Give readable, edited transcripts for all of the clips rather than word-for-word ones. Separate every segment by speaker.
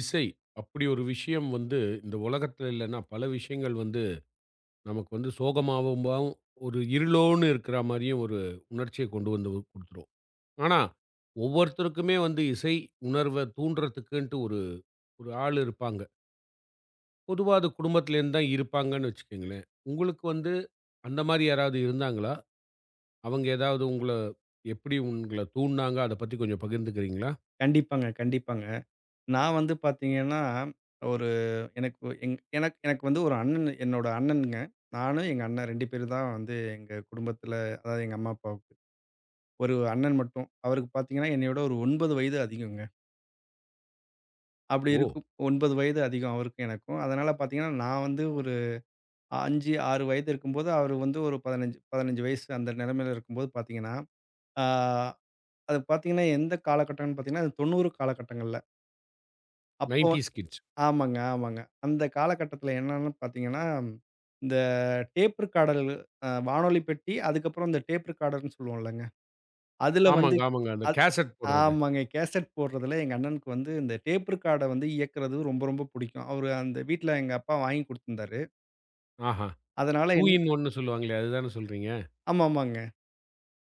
Speaker 1: இசை, அப்படி ஒரு விஷயம் வந்து இந்த உலகத்துல இல்லன்னா, பல விஷயங்கள் வந்து நமக்கு வந்து சோகமாவும் பாவும் ஒரு இருளோன்னு இருக்கிற மாரியும் ஒரு உணர்ச்சிய கொண்டு வந்து குடுத்துரும். ஆனா, ஒவ்வொருத்தருக்குமே வந்து இசை உணர்வ தூண்டுறதுக்குன்ட்டு ஒரு ஒரு ஆள் இருப்பாங்க. பொதுவா அது குடும்பத்திலேருந்து தான் இருப்பாங்கன்னு வச்சுக்கங்களேன். உங்களுக்கு வந்து அந்த மாரி யாராவது இருந்தாங்களா? அவங்க ஏதாவது உங்கள எப்படி உங்கள தூண்டுனாங்க? அத பத்தி கொஞ்சம் பகிர்ந்துக்கிறீங்களா?
Speaker 2: கண்டிப்பாங்க, கண்டிப்பாங்க. நான் வந்து பார்த்தீங்கன்னா, ஒரு எனக்கு எங் எனக்கு எனக்கு வந்து ஒரு அண்ணன், என்னோட அண்ணனுங்க. நானு, எங்க அண்ணன் 2 பேரு தான் வந்து எங்க குடும்பத்தில, அதாவது எங்க அம்மா, அப்பாவுக்கு. ஒரு அண்ணன் மட்டும். அவருக்கு பார்த்தீங்கன்னா, என்னைய விட ஒரு 9 வயது அதிகங்க. அப்படி
Speaker 1: ஓ!
Speaker 2: இருக்கும், 9 வயது அதிகம் அவருக்கும் எனக்கும். அதனால பார்த்தீங்கன்னா, நான் வந்து ஒரு 5, 6 வயது இருக்கும்போது, அவரு வந்து ஒரு 15 வயசு அந்த நிலைமையில இருக்கும்போது பார்த்தீங்கன்னா, ஆ அது பார்த்தீங்கன்னா, எந்த காலகட்டம்ன்னு பார்த்தீங்கன்னா, அது 90 காலகட்டங்கள்ல. அப்போ
Speaker 1: 90ஸ் கிட்ஸ்.
Speaker 2: ஆமாங்க, ஆமாங்க. அந்த காலகட்டத்தில என்னன்னு பார்த்தீங்கன்னா, இந்த டேப் ரிக்கார்டர், வானொலி பெட்டி, அதுக்கப்புறம் இந்த டேப் ரிக்கார்டர்ன்னு சொல்லுவோம்லங்க. அதுல வந்து
Speaker 1: ஆமாங்க, ஆமாங்க. அந்த
Speaker 2: அத்
Speaker 1: கேசெட் போடுறது.
Speaker 2: ஆமாங்க. கேசெட் போடுறதுல எங்க அண்ணனுக்கு வந்து இந்த டேப் ரிக்கார்ட வந்து இயக்குறது ரொம்ப, ரொம்ப புடிக்கும். அவரு அந்த வீட்ல, எங்க அப்பா வாங்கி குடுத்துருந்தாரு.
Speaker 1: ஆஹா.
Speaker 2: அதனால
Speaker 1: டூ
Speaker 2: என்ன
Speaker 1: இன் ஒன்னு சொல்லுவாங்களே, அதுதானே சொல்றீங்க?
Speaker 2: ஆமாமாங்க, ஆமாங்க.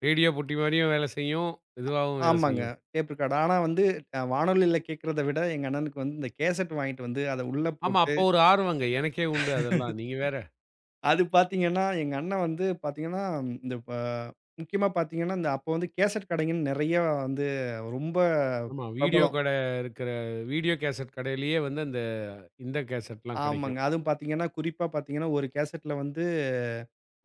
Speaker 1: ரேடியோ பொட்டி மாரியும் வேலை செய்யும், இதுவாவும் வேலை
Speaker 2: ஆமாங்க,
Speaker 1: செய்யும்.
Speaker 2: Tape recorder. ஆனா வந்து வானொலியில கேட்கிறத விட எங்க அண்ணனுக்கு வந்து இந்த கேசெட் வாங்கிட்டு வந்து அத உள்ள
Speaker 1: ஆமா,
Speaker 2: போட்டு,
Speaker 1: அப்போ ஒரு ஆர்வங்க. எனக்கே உண்டு அதெல்லாம். நீங்க வேற.
Speaker 2: அது பார்த்தீங்கன்னா, எங்க அண்ணன் வந்து பார்த்தீங்கன்னா, இந்த ப முக்கியமா பார்த்தீங்கன்னா, இந்த அப்போ வந்து கேசட் கடைங்கன்னு நெறையா வந்து ரொம்ப
Speaker 1: ஆமா, வீடியோ
Speaker 2: பிரபலம்.
Speaker 1: கடை இருக்கிற வீடியோ கேசட் கடையிலேயே வந்து அந்த இந்த கேசட்லாம்
Speaker 2: ஆமாங்க.
Speaker 1: கிடைக்கும்.
Speaker 2: அதுவும் பார்த்தீங்கன்னா, குறிப்பா பார்த்தீங்கன்னா, ஒரு கேசட்ல வந்து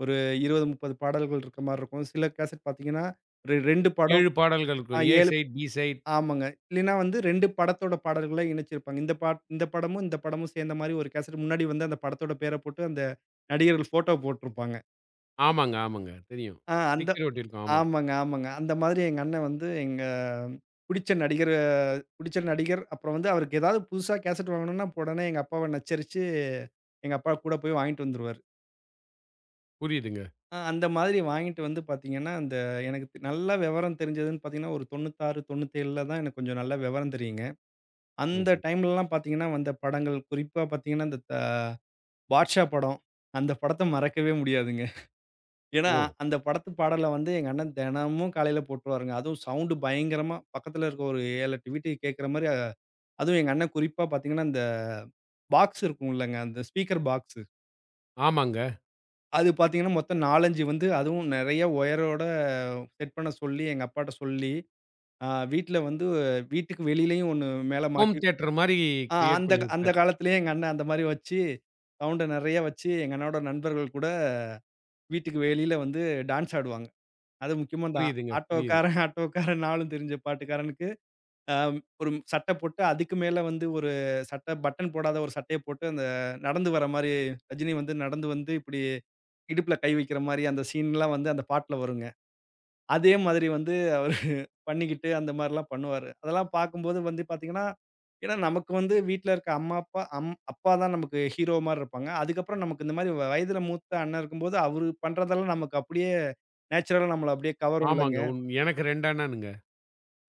Speaker 2: ஒரு 20, 30 பாடல்கள் இருக்க மாரி இருக்கும். சில கேசட் பார்த்தீங்கன்னா, 2 படம்,
Speaker 1: 7 பாடல்கள்
Speaker 2: ஆ
Speaker 1: இருக்கும். A
Speaker 2: 7
Speaker 1: side, B side.
Speaker 2: ஆமாங்க. இல்லைன்னா வந்து 2 படத்தோட பாடல்கள இணைச்சிருப்பாங்க. இந்த படமும், இந்த படமும் சேர்ந்த மாரி ஒரு கேசட் முன்னாடி வந்து அந்த படத்தோட பேர போட்டு, அந்த நடிகர்கள் ஃபோட்டோ போட்டிருப்பாங்க.
Speaker 1: ஆமாங்க, ஆமாங்க. தெரியும்.
Speaker 2: ஆ அந்த
Speaker 1: ஸ்டிக்கர் ஒட்டியிருக்கும். ஆமா.
Speaker 2: ஆமாங்க, ஆமாங்க. அந்த மாதிரி எங்க அண்ணன் வந்து எங்க புடிச்ச நடிகர புடிச்ச நடிகர், அப்புறம் வந்து அவருக்கு ஏதாவது புதுசா கேசட் வாங்கணும்னா, உடனே எங்க அப்பாவ நச்சரிச்சு, எங்க அப்பா கூட போய் வாங்கிட்டு வந்துருவாரு.
Speaker 1: புரியுதுங்க.
Speaker 2: அந்த மாதிரி வாங்கிட்டு வந்து பார்த்தீங்கன்னா, அந்த எனக்கு நல்லா விவரம் தெரிஞ்சதுன்னு பார்த்தீங்கன்னா, ஒரு 96, 97ல தான் எனக்கு கொஞ்சம் நல்லா விவரம் தெரியுங்க. அந்த
Speaker 1: ம்ஹ்ம்.
Speaker 2: டைம்லலாம் பார்த்தீங்கன்னா, வந்த படங்கள் குறிப்பா பார்த்தீங்கன்னா, இந்த த பாட்ஷா படம். அந்த படத்த மறக்கவே முடியாதுங்க. ஏன்னா,
Speaker 1: ஓ!
Speaker 2: அந்த படத்து பாடல வந்து எங்க அண்ணன் தினமும் காலையில போட்டுருவாருங்க. அதுவும் சவுண்டு பயங்கரமா, பக்கத்துல இருக்க ஒரு 7, 8 வீட்டுக்கு கேட்கிற மாரி. அதுவும் எங்க அண்ணன் குறிப்பா பார்த்தீங்கன்னா, அந்த பாக்ஸ் இருக்கும் இல்லங்க, அந்த ஸ்பீக்கர் பாக்ஸு.
Speaker 1: ஆமாங்க.
Speaker 2: அது பார்த்தீங்கன்னா, மொத்தம் 4, 5 வந்து அதுவும் நெறைய ஒயரோட செட் பண்ண சொல்லி, எங்க அப்பாட்ட சொல்லி, அ வீட்ல வந்து வீட்டுக்கு வெளியிலயும் ஒண்ணு மேல
Speaker 1: ஹோம்
Speaker 2: மாட்டி,
Speaker 1: தியேட்டர் மாரி
Speaker 2: ஆ
Speaker 1: கிரியேட்
Speaker 2: அந்த
Speaker 1: பண்ணி
Speaker 2: அந்த
Speaker 1: விட்டாரு.
Speaker 2: காலத்திலேயே எங்க அண்ணன் அந்த மாரி வச்சு, சவுண்ட நெறைய வச்சு, எங்க அண்ணனோட நண்பர்கள் கூட வீட்டுக்கு வெளியில வந்து டான்ஸ் ஆடுவாங்க. அது முக்கியமா இந்த
Speaker 1: புரியுதுங்க, புரியுது.
Speaker 2: ஆட்டோக்காரன் ஆட்டோக்காரன் நாலும் தெரிஞ்ச பாட்டுக்காரனுக்கு ஒரு சட்டை போட்டு, அதுக்கு மேல வந்து ஒரு சட்டை, பட்டன் போடாத ஒரு சட்டைய போட்டு, அந்த நடந்து வர மாரி ரஜினி வந்து நடந்து வந்து இப்டி இடுப்புல கை வைக்கிற மாரி அந்த சீன்லாம் வந்து அந்த பாட்டுல வருங்க. அதே மாதிரி வந்து அவரு பண்ணிக்கிட்டு அந்த மாரிலாம் பண்ணுவாரு. அதெல்லாம் பார்க்கும்போது வந்து பார்த்தீங்கன்னா, ஏன்னா நமக்கு வந்து வீட்ல இருக்க அம்மா, அப்பா, அப்பா தான் நமக்கு ஹீரோ மாரி இருப்பாங்க. அதுக்கப்புறம் நமக்கு இந்த மாரி வயதில மூத்த அண்ணன் இருக்கும்போது, அவரு பண்றதெல்லாம் நமக்கு அப்டியே நேச்சுரலா நம்மள அப்டியே
Speaker 1: ஆமாங்க.
Speaker 2: கவரும்லங்க.
Speaker 1: உண் எனக்கு 2 அண்ணனுங்க.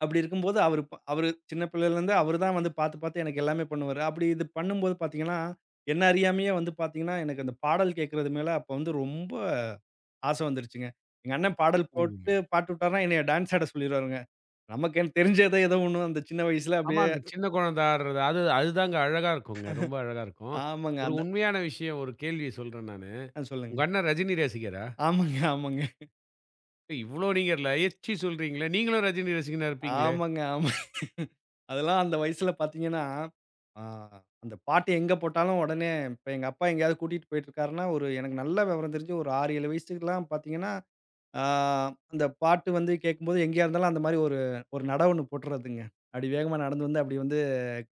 Speaker 2: அப்படி இருக்கும்போது, அவரு சின்ன பிள்ளையிலேருந்து அவரு தான் வந்து பாத்து, பாத்து எனக்கு எல்லாமே பண்ணுவாரு. அப்படி இது பண்ணும்போது பாத்தீங்கன்னா, என்ன அறியாமயே வந்து பாத்தீங்கன்னா, எனக்கு அந்த பாடல் கேட்கறது மேல அப்ப வந்து ரொம்ப ஆசை வந்துருச்சுங்க. எங்க அண்ணன் பாடல் போட்டு
Speaker 1: புரியுதுங்க.
Speaker 2: பாட்டு விட்டாருன்னா, என்னைய டான்ஸ் ஆட சொல்லிருவாருங்க. எனக்கு தெரிஞ்சதோ ஏதோ ஒண்ணு அந்த சின்ன வயசுல
Speaker 1: ஆமா.
Speaker 2: அப்படியே
Speaker 1: அந்த சின்ன குழந்த ஆடுறது. அது அதுதாங்க அழகா இருக்குங்க. ரொம்ப அழகா இருக்கும்.
Speaker 2: ஆமாங்க.
Speaker 1: ஒரு
Speaker 2: அந்த
Speaker 1: உண்மையான விஷயம் ஒரு கேள்வி சொல்றேன் நானு.
Speaker 2: ஆ சொல்லுங்க.
Speaker 1: உங்க அண்ணன் ரஜினி ரசிகரா?
Speaker 2: ஆமாங்க, ஆமாங்க.
Speaker 1: ஏய், இவ்ளோ நீங்க எச்சி சொல்றீங்களே! நீங்களும் ரஜினி ரசிகனா இருப்பீங்களே!
Speaker 2: ஆமாங்க, ஆமா. அதெல்லாம் அந்த வயசுல பாத்தீங்கன்னா, ஆ அந்த பாட்டு எங்க போட்டாலும் உடனே, இப்ப எங்க அப்பா எங்கேயாவது கூட்டிட்டு போயிட்டுருக்காருன்னா, ஒரு எனக்கு நல்லா விவரம் தெரிஞ்சு ஒரு 6, 7 வயசுக்குலாம் பாத்தீங்கன்னா, ஆ அந்த பாட்டு வந்து கேட்கும்போது, எங்கேயா இருந்தாலும் அந்த மாரி ஒரு ஒரு நட ஒண்ணு போட்டுறதுங்க. அப்டி வேகமா நடந்து வந்து அப்டி வந்து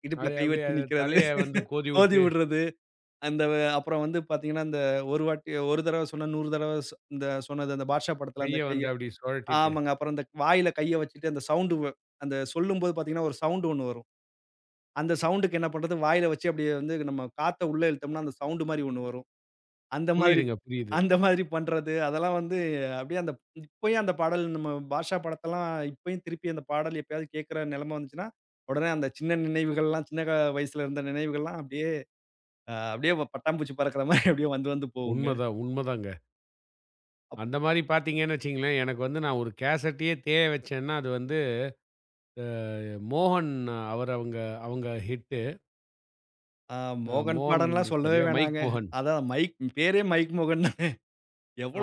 Speaker 2: இடுப்புல
Speaker 1: அது
Speaker 2: கை
Speaker 1: அப்படியே
Speaker 2: வச்சு
Speaker 1: அது
Speaker 2: நிக்கிறது,
Speaker 1: தலைய வந்து
Speaker 2: மோதி
Speaker 1: கோதிவுட்டு,
Speaker 2: விடுறது. அப்புறம் வந்து பார்த்தீங்கன்னா, அந்த ஒரு வாட்டி, ஒரு தடவ சொன்னா 100 தடவ இந்த சொன்னது அந்த பாட்ஷா படத்துல அந்த
Speaker 1: கைய வந்து
Speaker 2: கைய,
Speaker 1: அப்படி சுழட்டிட்டு.
Speaker 2: ஆமாங்க. அப்புறம் அந்த வாயில கைய வச்சுட்டு அந்த சவுண்டு வ அந்த சொல்லும்போது பார்த்தீங்கன்னா, ஒரு சவுண்டு ஒண்ணு வரும். அந்த சவுண்டுக்கு என்ன பண்றது, வாயில வச்சு அப்டியே வந்து நம்ம காத்த உள்ள இழுத்தோம்னா, அந்த சவுண்டு மாரி ஒண்ணு வரும். அந்த மாதிரி
Speaker 1: புரியுதுங்க, புரியுது.
Speaker 2: அந்த மாதிரி பண்றது. அதெல்லாம் வந்து அப்படியே அந்த இப்பயும் அந்த பாடல், நம்ம பாஷா படத்தெல்லாம் இப்பயும் திருப்பி அந்த பாடல் எப்பயாவது கேட்கிற நிலைமை வந்துச்சுன்னா, உடனே அந்த சின்ன நினைவுகள்லாம், சின்ன க வயசுல இருந்த நினைவுகள்லாம் அப்படியே அப்படியே பட்டாம்பூச்சி பறக்கிற மாதிரி அப்படியே வந்து வந்து போகுங்க.
Speaker 1: உண்மதான், உண்மதாங்க.
Speaker 2: அப்
Speaker 1: அந்த மாரி பார்த்தீங்கன்னு வச்சுக்கங்களேன், எனக்கு வந்து நான் ஒரு கேசட்டையே தேய வச்சேன்னா, அது வந்து மோகன் அவர் அவங்க அவங்க ஹிட்டு.
Speaker 2: அ மோகன்
Speaker 1: மோகன்
Speaker 2: பாடல்லாம்
Speaker 1: இருக்காரு
Speaker 2: சொல்லவே
Speaker 1: இல்லையா? மைக்
Speaker 2: வேணாங்க.
Speaker 1: மோகன்.
Speaker 2: அதான் மைக் பேரே, மைக் மோகன் தான்.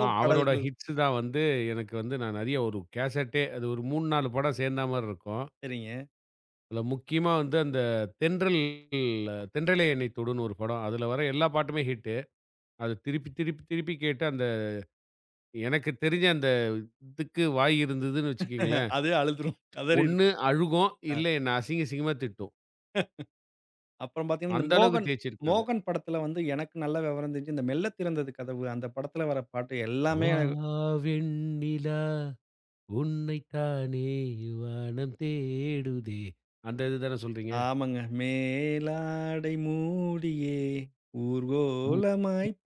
Speaker 1: ஆ அவரோட
Speaker 2: பாடல்கள்.
Speaker 1: ஹிட்ஸ் தான் வந்து எனக்கு வந்து நான் நெறைய ஒரு கேசட்டே அது ஒரு 3, 4 படம் சேர்ந்தா மாரி இருக்கும்.
Speaker 2: சரிங்க.
Speaker 1: அதுல முக்கியமா வந்து அந்த தென்றல் தென்றலே என்னை தொடுன்னு ஒரு படம். அதுல வர எல்லா பாட்டுமே ஹிட்டு. அது திருப்பி, திருப்பி, திருப்பி கேட்டு அந்த எனக்கு தெரிஞ்ச அந்த இதுக்கு வாய் இருந்ததுன்னு வச்சுக்கங்களேன்,
Speaker 2: அது அழுதுரும்.
Speaker 1: ஒண்ணு
Speaker 2: கதறியிருக்கும்.
Speaker 1: அழுகும்,
Speaker 2: அ.
Speaker 1: இல்ல என்ன அசிங்க, அசிங்கமா திட்டும்.
Speaker 2: அப்புறம் பார்த்தீங்கன்னா, இந்த
Speaker 1: அந்த அளவுக்கு
Speaker 2: மோகன்
Speaker 1: தேய்ச்சிருக்கேன் அத.
Speaker 2: மோகன் படத்துல வந்து எனக்கு நல்லா விவரம் தெரிஞ்சு, இந்த "மெல்ல திறந்தது கதவு" அந்த படத்துல வர பாட்டு எல்லாமே
Speaker 1: "வா
Speaker 2: எனக்கு
Speaker 1: வெண்ணிலா உன்னைத்தானே வானம் தேடுதே" அந்த இது தானே சொல்றீங்க?
Speaker 2: ஆமாங்க. மேலாடை மூடியே ஊர்கோலமாய்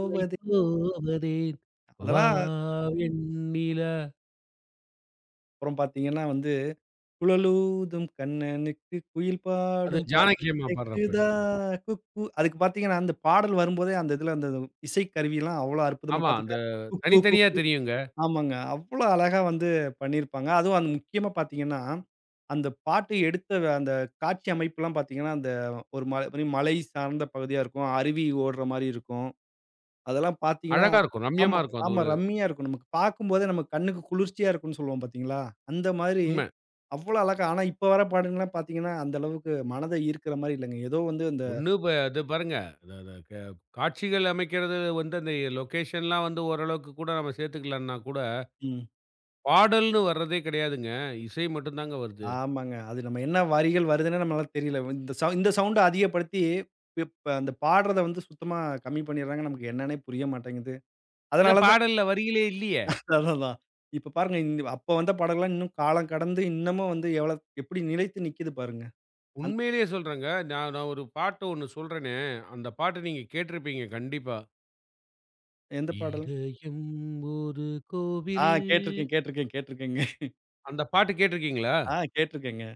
Speaker 1: "உன்னை போவதேன் வா
Speaker 2: அதெல்லாம்
Speaker 1: வெண்ணிலா.
Speaker 2: அப்புறம் பார்த்தீங்கன்னா வந்து, "குழலூதும் கண்ணனுக்கு குயில்
Speaker 1: அது
Speaker 2: பாடும் பாட்டு
Speaker 1: ஜானகி அம்மா பாடுற
Speaker 2: கேக்குதா
Speaker 1: பாட்டு.
Speaker 2: குக்கூ". அதுக்கு பார்த்தீங்கன்னா, அந்த பாடல் வரும்போதே அந்த இதுல அந்த இசை கருவிலாம் அவ்வளோ அற்புதமா
Speaker 1: ஆமா, அந்த
Speaker 2: பார்த்தீங்கன்னா, குக்கூ
Speaker 1: தனித்தனியா
Speaker 2: குக்கூ
Speaker 1: தெரியுங்க.
Speaker 2: ஆமாங்க. அவ்ளோ அழகா வந்து பண்ணியிருப்பாங்க. அதுவும் அந்த முக்கியமா பார்த்தீங்கன்னா, அந்த பாட்டு அந்த காட்சி அமைப்புலாம் பார்த்தீங்கன்னா, அந்த ஒரு மலை சார்ந்த பகுதியா இருக்கும். அருவி ஓடுற மாரி இருக்கும். அதெல்லாம் பார்த்தீங்கன்னா
Speaker 1: அழகா இருக்கும்.
Speaker 2: ஆமா,
Speaker 1: ரம்யமா இருக்கும். அது
Speaker 2: ஆமா.
Speaker 1: ஒரு
Speaker 2: ரம்மியா இருக்கும். நமக்கு பார்க்கும்போதே நம்ம கண்ணுக்கு குளிர்ச்சியா இருக்கும்னு சொல்லுவோம் பார்த்தீங்களா? அந்த மாதிரி
Speaker 1: உண்ம.
Speaker 2: அவ்ளோ அழகா. ஆனா இப்ப வர பாடல்கள்லாம் பார்த்தீங்கன்னா, அந்த அளவுக்கு மனத ஈர்க்கிற மாரி இல்லங்க. ஏதோ வந்து அந்த
Speaker 1: 1 ப அது பாருங்க. அது அது காட்சிகள் அமைக்கிறது வந்து அந்த லொகேஷன்லாம் வந்து ஓரளவுக்கு கூட நம்ம சேர்த்துக்கலாம்னா கூட,
Speaker 2: ம்.
Speaker 1: பாடல்னு வர்றதே கிடையாதுங்க. இசை மட்டும் தாங்க வருது.
Speaker 2: ஆமாங்க. அது நம்ம என்ன வரிகள் வருதுன்னே நம்மளால தெரியல. இந்த சவுண்ட அதிகப்படுத்தி, இப்ப அந்த பாடுறத வந்து சுத்தமா கம்மி பண்ணிடுறாங்க. நமக்கு என்னன்னே புரிய மாட்டேங்குது.
Speaker 1: ஏன்னா
Speaker 2: அதனால தான்
Speaker 1: பாடல்ல வரிகளே இல்லையே!
Speaker 2: அதான். இப்ப பாருங்க, இந்த அப்ப வந்த பாடல்லாம் இன்னும் காலம் கடந்து இன்னமும் வந்து எவ்வளோ எப்படி நிலைத்து நிக்குது பாருங்க. அந்
Speaker 1: உண்மையிலேயே சொல்றேங்க. நான் நான் ஒரு பாட்டு ஒண்ணு சொல்றேனே, அந்த பாட்ட நீங்க கேட்டிருப்பீங்க கண்டிப்பா.
Speaker 2: எந்த பாடல்?
Speaker 1: இதயம் ஒரு
Speaker 2: ஆ
Speaker 1: கோவில்.
Speaker 2: கேட்டுருக்கேன், கேட்டுருக்கேன், கேட்டுருக்கேங்க.
Speaker 1: அந்த பாட்டு கேட்டிருக்கீங்களா?
Speaker 2: ஆ கேட்டுருக்கேங்க.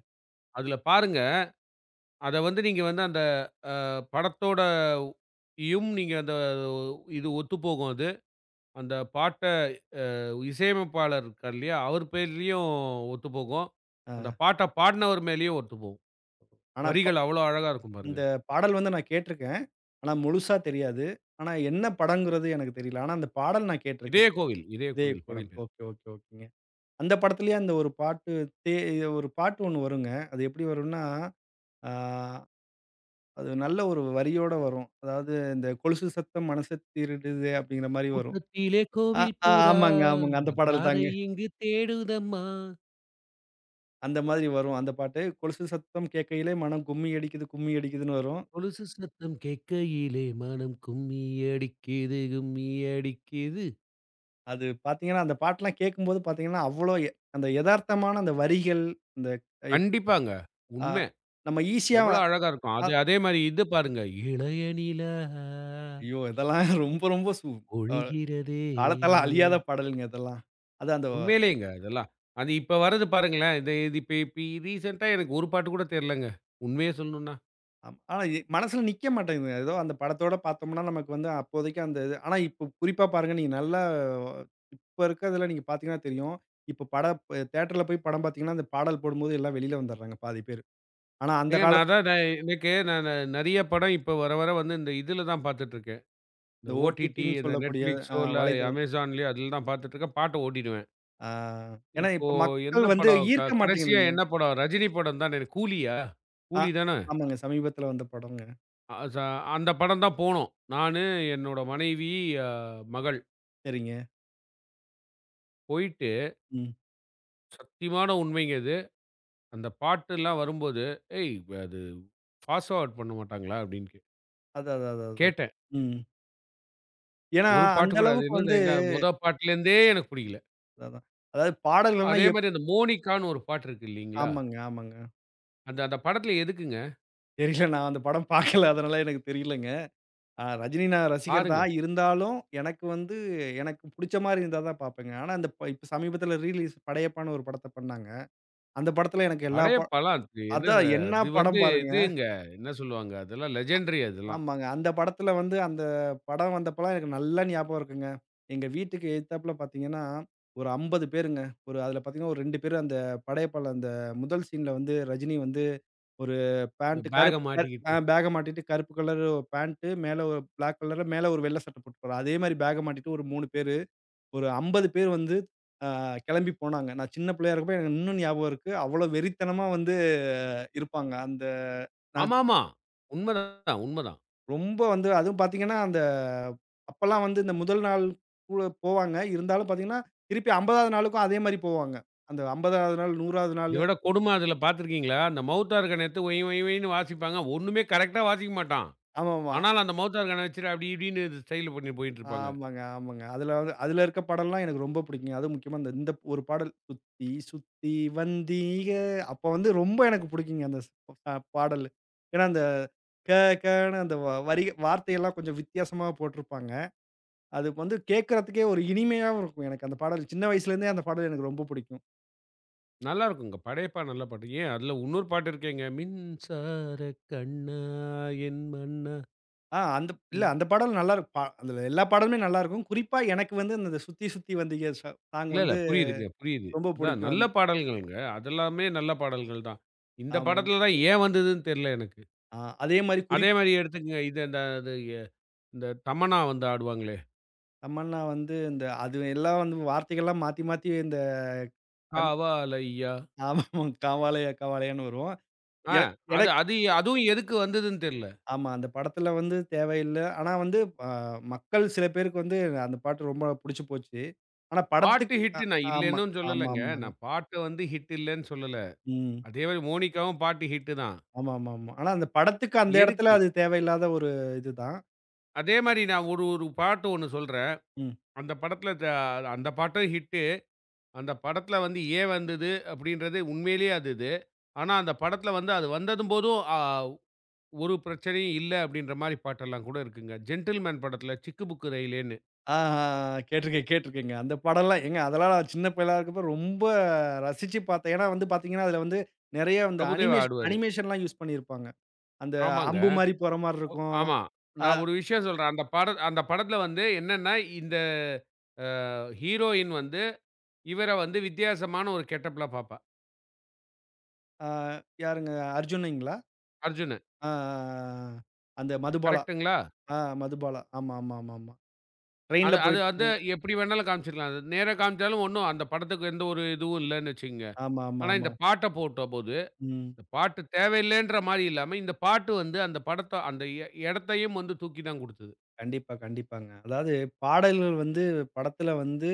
Speaker 1: அதுல பாருங்க. அத வந்து நீங்க வந்து அந்த படத்தோட யும் நீங்க அந்த இது ஒத்துப்போகும் அது. அந்த பாட்ட இசையமைப்பாளர் இருக்கார் இல்லையா? அவர் பேர்லயும் ஒத்துப்போகும்.
Speaker 2: ஆ.
Speaker 1: அந்த பாட்ட பாடுனவர் மேலயும் ஒத்துப்போகும்.
Speaker 2: ஆனா ப
Speaker 1: வரிகள் அவ்ளோ அழகா இருக்கும் பாருங்க.
Speaker 2: இந்த பாடல் வந்து நான் கேட்டுருக்கேன். ஆனா முழுசா தெரியாது. ஆனா என்ன படங்கிறது எனக்கு தெரியல. ஆனா அந்த பாடல் நான் கேட்டுருக்கேன்.
Speaker 1: இதய கோவில், இதய
Speaker 2: இதய
Speaker 1: கோவில் படம்
Speaker 2: கோவில்.
Speaker 1: பேரு.
Speaker 2: ஓகே, ஓகே, ஓகேங்க. அந்த படத்திலேயே அந்த ஒரு பாட்டு, தே ஒரு பாட்டு ஒண்ணு வருங்க. அது எப்படி வரும்னா, ஆ அது நல்ல ஒரு வரியோட வரும். அதாவது இந்த கொலுசு சத்தம் மனச திருடுதே அப்படிங்கிற மாரி வரும்.
Speaker 1: கூட்டத்திலே
Speaker 2: ஆ
Speaker 1: கோவில்
Speaker 2: ஆ
Speaker 1: பூரா
Speaker 2: ஆமாங்க, ஆமாங்க. அந்த பாடல்
Speaker 1: யாரை
Speaker 2: தாங்க.
Speaker 1: இங்கு தேடுதம்மா?
Speaker 2: அந்த மாதிரி வரும் அந்த பாட்டு. கொலுசு சத்தம் கேட்கையிலே மனம் கும்மி அடிக்குது, கும்மி அடிக்குதுன்னு வரும்.
Speaker 1: கொலுசு சத்தம் கேட்கையிலே மனம் கும்மி அடிக்கிது, கும்மி அடிக்கிது.
Speaker 2: அது பார்த்தீங்கன்னா, அந்த பாட்டெல்லாம் கேட்கும்போது பார்த்தீங்கன்னா, அவ்வளோ எ அந்த எதார்த்தமான அந்த வரிகள், அந்த எப்
Speaker 1: கண்டிப்பாங்க.
Speaker 2: ஆ
Speaker 1: உண்மை.
Speaker 2: நம்ம ஈஸியா
Speaker 1: எவ்வளோ அழகா இருக்கும்.
Speaker 2: அ
Speaker 1: அது அதே மாரி இது பாருங்க. இளைய நிலா
Speaker 2: ஐயோ! இதெல்லாம் ரொம்ப ரொம்ப சு அ
Speaker 1: ஒழிகிறதே.
Speaker 2: காலத்தால அழியாத பாடல்ங்க இதெல்லாம். அது அந்த
Speaker 1: உண்மையிலேங்க இதெல்லாம். அது இப்ப வர்றது பாருங்களேன். இது இது இப்ப இப்ப ரீசென்ட்டா எனக்கு ஒரு பாட்டு கூட தெரியலங்க. உண்மைய சொல்லணும்னா.
Speaker 2: ஆனா எ மனசுல நிக்க மாட்டேங்குதுங்க. ஏதோ அந்த படத்தோட பார்த்தோம்னா, நமக்கு வந்து அப்போதைக்கு அந்த இது. ஆனா இப்போ குறிப்பா பாருங்க, நீங்க நல்லா இப்ப இருக்கிறதுல நீங்க பார்த்தீங்கன்னா தெரியும். இப்ப பட தியேட்டர்ல போய் படம் பார்த்தீங்கன்னா, அந்த பாடல் போடும்போது எல்லாம் வெளியில வந்துடுறாங்க பாதி பேரு. ஆனா அந்த
Speaker 1: ஏங்க
Speaker 2: காலத்
Speaker 1: நான் தான் நான் எனக்கு நான் நெறைய படம் இப்ப வர வர வந்து இந்த இதில தான் பார்த்துட்டுருக்கேன். இந்த
Speaker 2: இந்த
Speaker 1: ஓடிடி,
Speaker 2: ஓடிடின்னு
Speaker 1: இந்த
Speaker 2: சொல்லக்கூடிய
Speaker 1: Netflixோ இல்ல
Speaker 2: வலைதளம்.
Speaker 1: Amazonலயோ அதில தான் பார்த்துட்டுருக்கேன். பாட்ட ஓட்டிடுவேன்.
Speaker 2: ஆ ஏன்னா
Speaker 1: இப்போ
Speaker 2: இப்ப மக்கள்
Speaker 1: எந்த
Speaker 2: வந்து
Speaker 1: படம்?
Speaker 2: ஈர்க்க
Speaker 1: கடைசியா
Speaker 2: மாட்டேங்குதுங்க.
Speaker 1: என்ன படம்? ரஜினி படம் தானே? கூலியா?
Speaker 2: ஆ
Speaker 1: கூலி தான?
Speaker 2: ஆமாங்க. சமீபத்தில வந்த படம்ங்க.
Speaker 1: அ ச அந்த படம் தான் போனோம். நானு, என்னோட மனைவி, அ மகள்.
Speaker 2: சரிங்க.
Speaker 1: போயிட்டு
Speaker 2: ம்.
Speaker 1: சத்தியமான உண்மைங்க இது. அந்த பாட்டுலாம் வரும்போது, "ஏய்! அது ஃபாஸ்ட் ஃபார்வர்ட் பண்ண மாட்டாங்களா?" அப்படின்னு
Speaker 2: அதான், அதான், அதான், அதான்.
Speaker 1: கேட்டேன்.
Speaker 2: ம். ஏன்னா
Speaker 1: ஒரு
Speaker 2: அந்த
Speaker 1: பாட்டு கூட அது
Speaker 2: அளவுக்கு
Speaker 1: என்னது
Speaker 2: வந்து
Speaker 1: என்ன மொத பாட்டுலேருந்தே எனக்கு புடிக்கல.
Speaker 2: அதான். அதாவது பாடல்கள்னா
Speaker 1: அதே மாரி அந்த மோனிகான்னு ஒரு பாட்டு இருக்கு இல்லைங்களா?
Speaker 2: ஆமாங்க, ஆமாங்க.
Speaker 1: அந்த அந்த படத்துல எதுக்குங்க?
Speaker 2: தெரியல, நான் அந்த படம் பார்க்கல. அதனால எனக்கு தெரியலங்க. ரஜினி நான் ரசிகர்
Speaker 1: பாருங்க.
Speaker 2: தான். இருந்தாலும் எனக்கு வந்து எனக்கு புடிச்ச மாரி இருந்தா தான் பார்ப்பேங்க. ஆனா அந்த ப இப்ப சமீபத்தில ரீலீஸ் படையப்பான்னு ஒரு படத்த பண்ணாங்க. அந்த படத்தில எனக்கு எல்லா
Speaker 1: பழைய
Speaker 2: ப
Speaker 1: படம் அது. என்ன ச
Speaker 2: அதான் என்ன
Speaker 1: அது
Speaker 2: படம்
Speaker 1: வந்து
Speaker 2: பாருங்க.
Speaker 1: இதுங்க. என்ன சொல்லுவாங்க? அதெல்லாம் லெஜெண்டரி அதெல்லாம்.
Speaker 2: ஆமாங்க. அந்த படத்தில வந்து அந்த படம் வந்தப்பலாம் எனக்கு நல்லா ஞாபகம் இருக்குங்க. எங்க வீட்டுக்கு எதித்தாப்புல பார்த்தீங்கன்னா, ஒரு 50 பேருங்க. ஒரு அதில பார்த்தீங்கன்னா, ஒரு 2 பேரு அந்த படையப்பால அந்த முதல் சீன்ல வந்து ரஜினி வந்து ஒரு
Speaker 1: இந்த
Speaker 2: பேண்ட்
Speaker 1: பேக்க
Speaker 2: கருப்பு கரு அ
Speaker 1: மாட்டிக்கிட்டு.
Speaker 2: பேக்க மாட்டிட்டு கருப்பு கலர் பேண்ட் மேல ஒரு பிளாக் கலர்ல மேல ஒரு வெள்ள சட்டை போட்டு போறான். அதே மாரி பேக்க மாட்டிட்டு ஒரு 3 பேரு, ஒரு 50 பேர் வந்து அ கெளம்பி போனாங்க. நான் சின்ன பிள்ளையா இருக்கப்ப எனக்கு இன்னும் ஞாபகம் இருக்கு. அவ்வளோ வெறித்தனமா வந்து இருப்பாங்க. அந்த நான்
Speaker 1: ஆமாமா. உண்மதான், உண்மதான்.
Speaker 2: ரொம்ப வந்து அதுவும் பாத்தீங்கன்னா, அந்த அப்பலாம் வந்து இந்த முதல் நாள் கூட போவாங்க. இருந்தாலும் பாத்தீங்கன்னா, திருப்பி 50வது நாளுக்கும் அதே மாரி போவாங்க. அந்த 50வது நாள், 100வது நாள்
Speaker 1: இத விட கொடும அதில பார்த்துருக்கீங்களா? அந்த மவுத்தார்கன எடுத்து ஒய் ஒய் ஒய்ன்னு வாசிப்பாங்க. ஒண்ணுமே கரெக்ட்டா வாசிக்க மாட்டான்.
Speaker 2: ஆமாமா.
Speaker 1: ஆனாலும் அந்த மவுத்தார்கன வச்சுட்டு அப்டி இப்டின்னு ஸ்டைல் பண்ணி போயிட்டுருப்பாங்க.
Speaker 2: ஆமாங்க, ஆமாங்க. அதுல வந்து, அதுல இருக்க பாடல்லாம் எனக்கு ரொம்ப பிடிக்குங்க. அதுவும் முக்கியமா இந்த இந்த ஒரு பாடல், "சுத்தி சுத்தி வந்தீக". அப்ப வந்து ரொம்ப எனக்கு பிடிக்குங்க அந்த ஸ் அ பாடலு. ஏன்னா, அந்த க கன்னு அந்த வரி வார்த்தையெல்லாம் கொஞ்சம் வித்தியாசமா போட்டிருப்பாங்க. அது வந்து கேட்கறதுக்கே ஒரு இனிமையாவும் இருக்கும். எனக்கு அந்த பாடல் சின்ன வயசுலேருந்தே அந்த பாடல் எனக்கு ரொம்ப பிடிக்கும்.
Speaker 1: நல்லாருக்குங்க. படையப்பா நல்ல பாட்டு. ஏன் அதில இன்னொரு பாட்டு இருக்கேங்க. மின்சார கண்ணா என் மன்னா.
Speaker 2: அந்த இல்ல,
Speaker 1: ம்.
Speaker 2: அந்த பாடல் நல்லா இருக் பா அதுல எல்லா பாடலுமே நல்லாருக்கும். குறிப்பா எனக்கு வந்து அந்த "சுத்தி சுத்தி வந்தீக" சாங்
Speaker 1: இல்ல, இல்ல.
Speaker 2: வந்து
Speaker 1: புரியுதுங்க, புரியுது.
Speaker 2: ரொம்ப
Speaker 1: அதான்
Speaker 2: பிடிக்கும்
Speaker 1: நல்ல
Speaker 2: வந்து.
Speaker 1: பாடல்கள்ங்க. அதெல்லாமே நல்ல பாடல்கள் தான். இந்த
Speaker 2: ஆமாங்க.
Speaker 1: படத்தில தான் ஏன் வந்ததுன்னு தெர்ல எனக்கு.
Speaker 2: ஆ அதே மாரி
Speaker 1: அதே மாரி எடுத்துக்கங்க. இது இந்த அது எ இந்த தமன்னா வந்து ஆடுவாங்க
Speaker 2: தமன்னா வந்து இந்த அது எல்லாம் வந்து வார்த்தைகள்லாம் மாத்தி, மாத்தி இந்த கண்
Speaker 1: காவாலய்யா.
Speaker 2: ஆமா காவாலயா, காவாலயான்னு வரும்.
Speaker 1: ஆ
Speaker 2: எ
Speaker 1: அது
Speaker 2: எனக்
Speaker 1: அது அதுவும் எதுக்கு வந்ததுன்னு தெரியல.
Speaker 2: ஆமா. அந்த படத்துல வந்து தேவையில்ல. ஆனா வந்து அ மக்கள் சில பேருக்கு வந்து அந்த பாட்டு ரொம்ப புடிச்சு போச்சு. ஆனா
Speaker 1: பாட்டு
Speaker 2: படத்துக்கு
Speaker 1: ஹிட்
Speaker 2: அ
Speaker 1: நான்
Speaker 2: ஆமா,
Speaker 1: இல்லன்னும்
Speaker 2: ஆமா,
Speaker 1: சொல்லலங்க.
Speaker 2: ஆமாங்க.
Speaker 1: நான் பாட்டு வந்து ஹிட் இல்லன்னு சொல்லல.
Speaker 2: ம்.
Speaker 1: அதே மாரி மோனிகாவும் பாட்டு ஹிட்டு தான்.
Speaker 2: ஆமாமாமா. ஆனா அந்த படத்துக்கு அந்த இடத்துல
Speaker 1: எதுக்கு?
Speaker 2: அது தேவையில்லாத ஒரு இதுதான்.
Speaker 1: அதே மாரி நான் ஒரு ஒரு பாட்டு ஒண்ணு சொல்றேன்.
Speaker 2: ம்.
Speaker 1: அந்த படத்துல அந்த பாட்டும் ஹிட்டு. அந்த படத்துல வந்து ஏன் வந்தது அப்படின்றது உண்மையிலேயே அது இது. ஆனா அந்த படத்துல வந்து அது வந்ததும் போதும் ஒரு பிரச்சனையும் இல்ல அப்படின்ற மாரி பாட்டெல்லாம் கூட இருக்குங்க. ஜென்டில்மேன் படத்துல சிக்கு புக்கு ரயிலேன்னு
Speaker 2: ஆ, ஆ, ஆ. கேட்டுருக்கேன், கேட்டுருக்கேங்க. அந்த படம்லாம் ஏங்க அதெல்லாம் நான் சின்ன பயலா இருக்கப்ப ரொம்ப ரசிச்சு பார்த்தேன். ஏன்னா வந்து பார்த்தீங்கன்னா, அதுல வந்து நெறைய வந்து
Speaker 1: பிரபுதேவா
Speaker 2: அனிமேஷன்
Speaker 1: ஆடுவாரு.
Speaker 2: அனிமேஷன்லாம் யூஸ் பண்ணியிருப்பாங்க. அந்த
Speaker 1: ஆமாங்க.
Speaker 2: அம்பு மாரி போற மாரி
Speaker 1: ஒ
Speaker 2: இருக்கும்.
Speaker 1: ஆமா.
Speaker 2: அ
Speaker 1: நான் ஒரு விஷயம் சொல்றேன். அந்த படத்துல வந்து என்னன்னா, இந்த அ ஹீரோயின் வந்து, இவர வந்து வித்தியாசமான ஒரு கெட்டப்ல பாப்பா.
Speaker 2: அ யாருங்க? அர்ஜுனுங்களா?
Speaker 1: அர்ஜுன.
Speaker 2: ஆ, ஆ, ஆ. அந்த மதுபாலா.
Speaker 1: கரெக்ட்டுங்களா?
Speaker 2: ஆ மதுபாலா. ஆமா, ஆமா, ஆமா, ஆமா. ட்ரெயின்ல
Speaker 1: அது அது வந்து
Speaker 2: போயிட்டுருப்பாங்க.
Speaker 1: எப்படி வேணாலும் காமிச்சிருக்கலாம். அது நேரா காமிச்சாலும் ஒண்ணும் அந்த படத்துக்கு எந்த ஒரு இதுவும் இல்லன்னு வச்சுக்கங்க.
Speaker 2: ஆமா, ஆமா,
Speaker 1: ஆனா
Speaker 2: ஆமா.
Speaker 1: இந்த பாட்ட போட்டபோது,
Speaker 2: ம்.
Speaker 1: இந்த பாட்டு தேவையில்லைன்ற மாரி இல்லாம, இந்த பாட்டு வந்து அந்த படத்த அந்த எடத்தையும் வந்து தூக்கி தான் குடுத்தது.
Speaker 2: கண்டிப்பா, கண்டிப்பாங்க. அதாவது பாடல்கள் வந்து படத்துல வந்து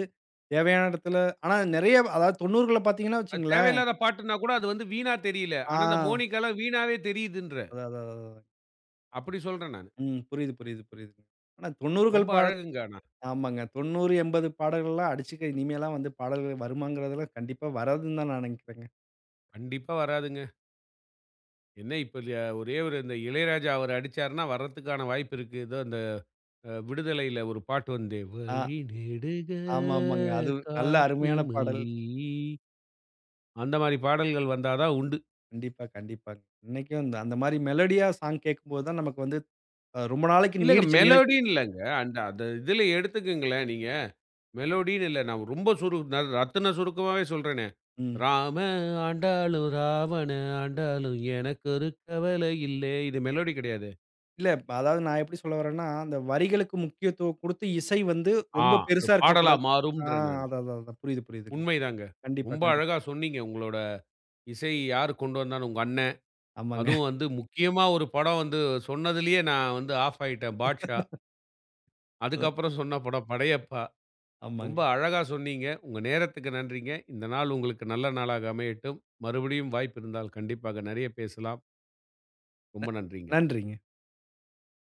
Speaker 2: தேவையான இடத்துல, ஆனா நெறைய அதாவது 90கள்ல பார்த்தீங்கன்னா
Speaker 1: அது
Speaker 2: வச்சுக்கங்களேன்.
Speaker 1: தேவையில்லாத பாட்டுன்னா கூட அது வந்து வீணா தெரியல.
Speaker 2: ஆ.
Speaker 1: ஆனா இந்த மோனிகாலாம் வீணாவே தெரியுதுன்ற.
Speaker 2: அதான், அதான், அதான்.
Speaker 1: அப்படி சொல்றேன் நானு.
Speaker 2: ம். புரியுது, புரியுது, புரியுதுங்க. ஆனா 90கள்
Speaker 1: ரொம்ப
Speaker 2: பா
Speaker 1: அழகுங்க ஆனா.
Speaker 2: ஆமாங்க. 90, 80 பாடல்கள்லாம் அடிச்சுக்க, இனிமேலாம் வந்து பாடல்கள் வருமாங்கிறதெல்லாம் கண்டிப்பா வராதுன்னு தான் நான் நினைக்கிறேங்க.
Speaker 1: கண்டிப்பா வராதுங்க. என்ன இப்ப ல ஒரே ஒரு இந்த இளையராஜா அவரு அடிச்சாருன்னா வர்றதுக்கான வாய்ப்பு இருக்கு. ஏதோ அந்த விடுதலையில ஒரு பாட்டு வந்தே,
Speaker 2: ஆ
Speaker 1: "வழி நெடுக
Speaker 2: ஆமா, ஆமாங்க. அது நல்ல
Speaker 1: காட்டு
Speaker 2: அருமையான பாடல்.
Speaker 1: மல்லி" அந்த மாரி பாடல்கள் வந்தா தான் உண்டு.
Speaker 2: கண்டிப்பா, கண்டிப்பாங்க. இன்னைக்கும் அந்த அந்த மாரி மெலோடியா சாங் கேட்கும்போது தான் நமக்கு வந்து ரொம்ப நாளைக்கு
Speaker 1: இல்லங்க
Speaker 2: நீடிச்ச நிலைக்கும்.
Speaker 1: மெலோடின்னு இல்லங்க. அந்த அந்த இதில எடுத்துக்குங்களேன் நீங்க. மெலோடின்னு இல்ல. நான் ரொம்ப சுரு ந ரத்தின சுருக்கமாவே சொல்றேனே.
Speaker 2: ம்.
Speaker 1: "ராம ஆண்டாலும் ராவண ஆண்டாலும் எனக்கொரு கவலை இல்லே" இது மெலோடி கிடையாது.
Speaker 2: இல்ல இப்ப அதாவது நான் எப்படி சொல்ல வரேன்னா, அந்த வரிகளுக்கு முக்கியத்துவம் குடுத்து இசை வந்து
Speaker 1: ஆ
Speaker 2: ரொம்ப
Speaker 1: அது
Speaker 2: பெருசா
Speaker 1: பாடலா
Speaker 2: இருக்கக்கூடாது. ஆ
Speaker 1: மாறும்ன்றேன் நானு.
Speaker 2: அதான், அதான், அதான். புரியுது, புரியுதுங்க.
Speaker 1: உண்மைதாங்க.
Speaker 2: கண்டிப்பா,
Speaker 1: ரொம்ப
Speaker 2: கண்டிப்பா.
Speaker 1: அழகா சொன்னீங்க. உங்களோட இசை யாரு கொண்டு வந்தான்னு உங்க அண்ணன்.
Speaker 2: ஆமாங்க.
Speaker 1: அதுவும் வந்து முக்கியமா ஒரு படம் வந்து சொன்னதிலேயே நான் வந்து ஆஃப் ஆயிட்டேன். 'பாட்ஷா.'
Speaker 2: அதான்.
Speaker 1: அதுக்கப்புறம் சொன்ன படம் 'படையப்பா.'
Speaker 2: ஆமாங்க.
Speaker 1: ரொம்ப அழகா சொன்னீங்க. உங்க நேரத்துக்கு நன்றிங்க. இந்த நாள் உங்களுக்கு நல்ல நாளாக அமையட்டும். மறுபடியும் வாய்ப்பு இருந்தால் கண்டிப்பாக நெறைய பேசலாம். ரொம்ப நன்றிங்க.
Speaker 2: நன்றிங்க.